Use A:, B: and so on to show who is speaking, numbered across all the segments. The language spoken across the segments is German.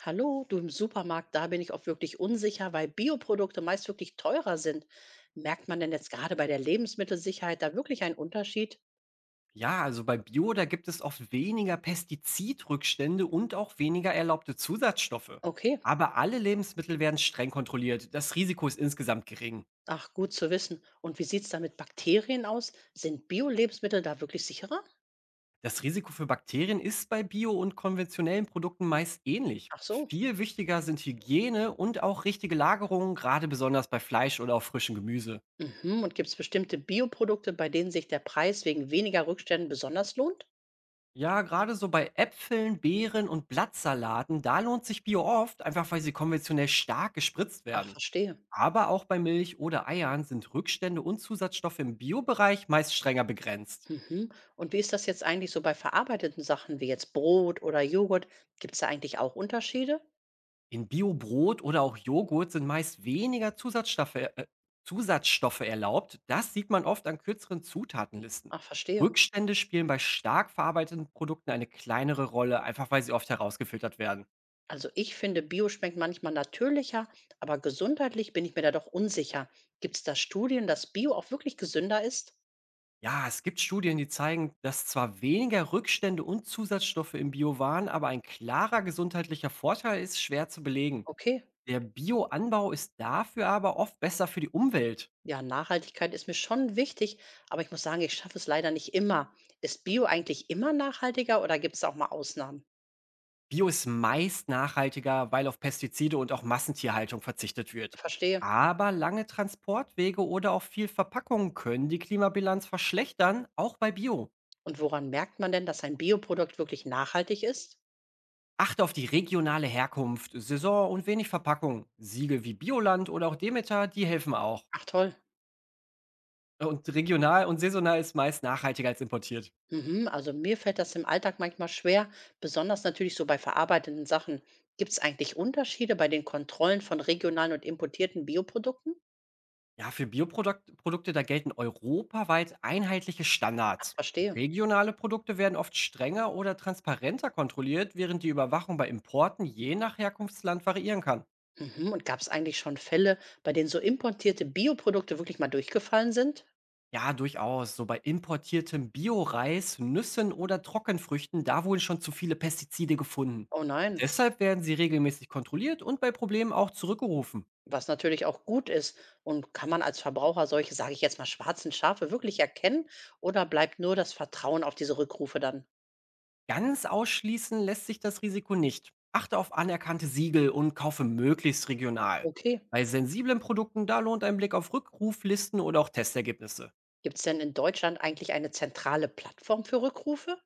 A: Hallo, du im Supermarkt, da bin ich oft wirklich unsicher, weil Bioprodukte meist wirklich teurer sind. Merkt man denn jetzt gerade bei der Lebensmittelsicherheit da wirklich einen Unterschied?
B: Ja, also bei Bio, da gibt es oft weniger Pestizidrückstände und auch weniger erlaubte Zusatzstoffe.
A: Okay,
B: Aber alle Lebensmittel werden streng kontrolliert. Das Risiko ist insgesamt gering.
A: ach gut zu wissen. Und wie sieht es da mit Bakterien aus? Sind Bio-Lebensmittel da wirklich sicherer?
B: Das Risiko für Bakterien ist bei Bio- und konventionellen Produkten meist ähnlich.
A: Ach so.
B: Viel wichtiger sind Hygiene und auch richtige Lagerungen, gerade besonders bei Fleisch oder auch frischem Gemüse.
A: Mhm. Und gibt es bestimmte Bioprodukte, bei denen sich der Preis wegen weniger Rückständen besonders lohnt?
B: Ja, gerade so bei Äpfeln, Beeren und Blattsalaten, da lohnt sich Bio oft, einfach weil sie konventionell stark gespritzt
A: Ach,
B: werden.
A: verstehe.
B: Aber auch bei Milch oder Eiern sind Rückstände und Zusatzstoffe im Bio-Bereich meist strenger begrenzt.
A: Mhm. Und wie ist das jetzt eigentlich so bei verarbeiteten Sachen wie jetzt Brot oder Joghurt? Gibt es da eigentlich auch Unterschiede?
B: In Bio-Brot oder auch Joghurt sind meist weniger Zusatzstoffe, Zusatzstoffe erlaubt. Das sieht man oft an kürzeren Zutatenlisten.
A: Ach, verstehe.
B: Rückstände spielen bei stark verarbeiteten Produkten eine kleinere Rolle, einfach weil sie oft herausgefiltert werden.
A: Also ich finde, Bio schmeckt manchmal natürlicher, aber gesundheitlich bin ich mir da doch unsicher. Gibt es da Studien, dass Bio auch wirklich gesünder ist?
B: Ja, es gibt Studien, die zeigen, dass zwar weniger Rückstände und Zusatzstoffe im Bio waren, aber ein klarer gesundheitlicher Vorteil ist schwer zu belegen.
A: Okay,
B: Der Bioanbau ist dafür aber oft besser für die Umwelt.
A: ja, Nachhaltigkeit ist mir schon wichtig, aber ich muss sagen, ich schaffe es leider nicht immer. Ist Bio eigentlich immer nachhaltiger oder gibt es auch mal Ausnahmen?
B: Bio ist meist nachhaltiger, weil auf Pestizide und auch Massentierhaltung verzichtet wird.
A: Verstehe.
B: Aber lange Transportwege oder auch viel Verpackung können die Klimabilanz verschlechtern, auch bei Bio.
A: Und woran merkt man denn, dass ein Bioprodukt wirklich nachhaltig ist?
B: Achte auf die regionale Herkunft, Saison und wenig Verpackung. Siegel wie Bioland oder auch Demeter, die helfen auch.
A: Ach toll.
B: Und regional und saisonal ist meist nachhaltiger als importiert.
A: Mhm, also mir fällt das im Alltag manchmal schwer, besonders natürlich so bei verarbeitenden Sachen. Gibt es eigentlich Unterschiede bei den Kontrollen von regionalen und importierten Bioprodukten?
B: Ja, für Bioprodukte da gelten europaweit einheitliche
A: Ach,
B: Standards.
A: verstehe.
B: Regionale Produkte werden oft strenger oder transparenter kontrolliert, während die Überwachung bei Importen je nach Herkunftsland variieren kann.
A: Mhm, und gab es eigentlich schon Fälle, bei denen so importierte Bioprodukte wirklich mal durchgefallen sind?
B: Ja, durchaus. So bei importiertem Bio-Reis, Nüssen oder Trockenfrüchten, da wurden schon zu viele Pestizide gefunden.
A: Oh nein,
B: Deshalb werden sie regelmäßig kontrolliert und bei Problemen auch zurückgerufen.
A: was natürlich auch gut ist. Und kann man als Verbraucher solche, sage ich jetzt mal, schwarzen Schafe wirklich erkennen? Oder bleibt nur das Vertrauen auf diese Rückrufe dann?
B: Ganz ausschließen lässt sich das Risiko nicht. Achte auf anerkannte Siegel und kaufe möglichst regional.
A: Okay.
B: Bei sensiblen Produkten, da lohnt ein Blick auf Rückruflisten oder auch Testergebnisse.
A: Gibt es denn in Deutschland eigentlich eine zentrale Plattform für Rückrufe?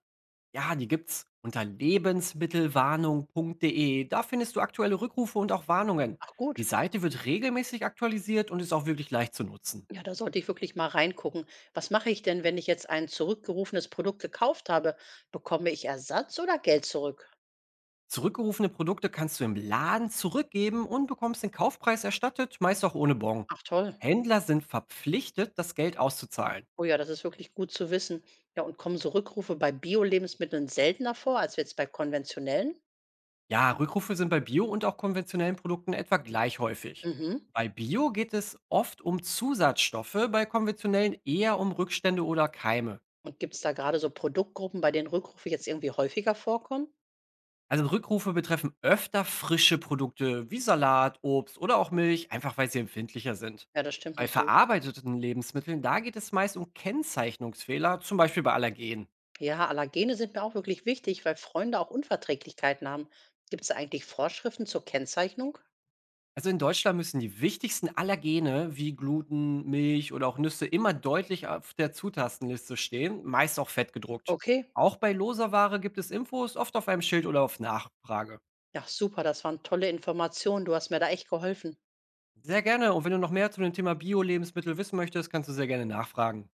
B: Ja, die gibt's unter lebensmittelwarnung.de. Da findest du aktuelle Rückrufe und auch Warnungen.
A: Ach
B: Die
A: gut.
B: Seite wird regelmäßig aktualisiert und ist auch wirklich leicht zu nutzen.
A: Ja, da sollte ich wirklich mal reingucken. Was mache ich denn, wenn ich jetzt ein zurückgerufenes Produkt gekauft habe? Bekomme ich Ersatz oder Geld zurück?
B: Zurückgerufene Produkte kannst du im Laden zurückgeben und bekommst den Kaufpreis erstattet, meist auch ohne Bon.
A: Ach toll.
B: Händler sind verpflichtet, das Geld auszuzahlen.
A: Oh ja, das ist wirklich gut zu wissen. Ja, und kommen so Rückrufe bei Bio-Lebensmitteln seltener vor als jetzt bei konventionellen?
B: Ja, Rückrufe sind bei Bio und auch konventionellen Produkten etwa gleich häufig.
A: Mhm.
B: Bei Bio geht es oft um Zusatzstoffe, bei konventionellen eher um Rückstände oder Keime.
A: Und gibt es da gerade so Produktgruppen, bei denen Rückrufe jetzt irgendwie häufiger vorkommen?
B: Also Rückrufe betreffen öfter frische Produkte wie Salat, Obst oder auch Milch, einfach weil sie empfindlicher sind.
A: Ja, das stimmt
B: Bei
A: natürlich.
B: verarbeiteten Lebensmitteln, da geht es meist um Kennzeichnungsfehler, zum Beispiel bei Allergen.
A: Ja, Allergene sind mir auch wirklich wichtig, weil Freunde auch Unverträglichkeiten haben. Gibt es da eigentlich Vorschriften zur Kennzeichnung?
B: Also in Deutschland müssen die wichtigsten Allergene wie Gluten, Milch oder auch Nüsse immer deutlich auf der Zutatenliste stehen, meist auch fett gedruckt.
A: Okay.
B: Auch bei loser Ware gibt es Infos, oft auf einem Schild oder auf Nachfrage.
A: Ja, super, das waren tolle Informationen. Du hast mir da echt geholfen.
B: Sehr gerne. Und wenn du noch mehr zu dem Thema Bio-Lebensmittel wissen möchtest, kannst du sehr gerne nachfragen.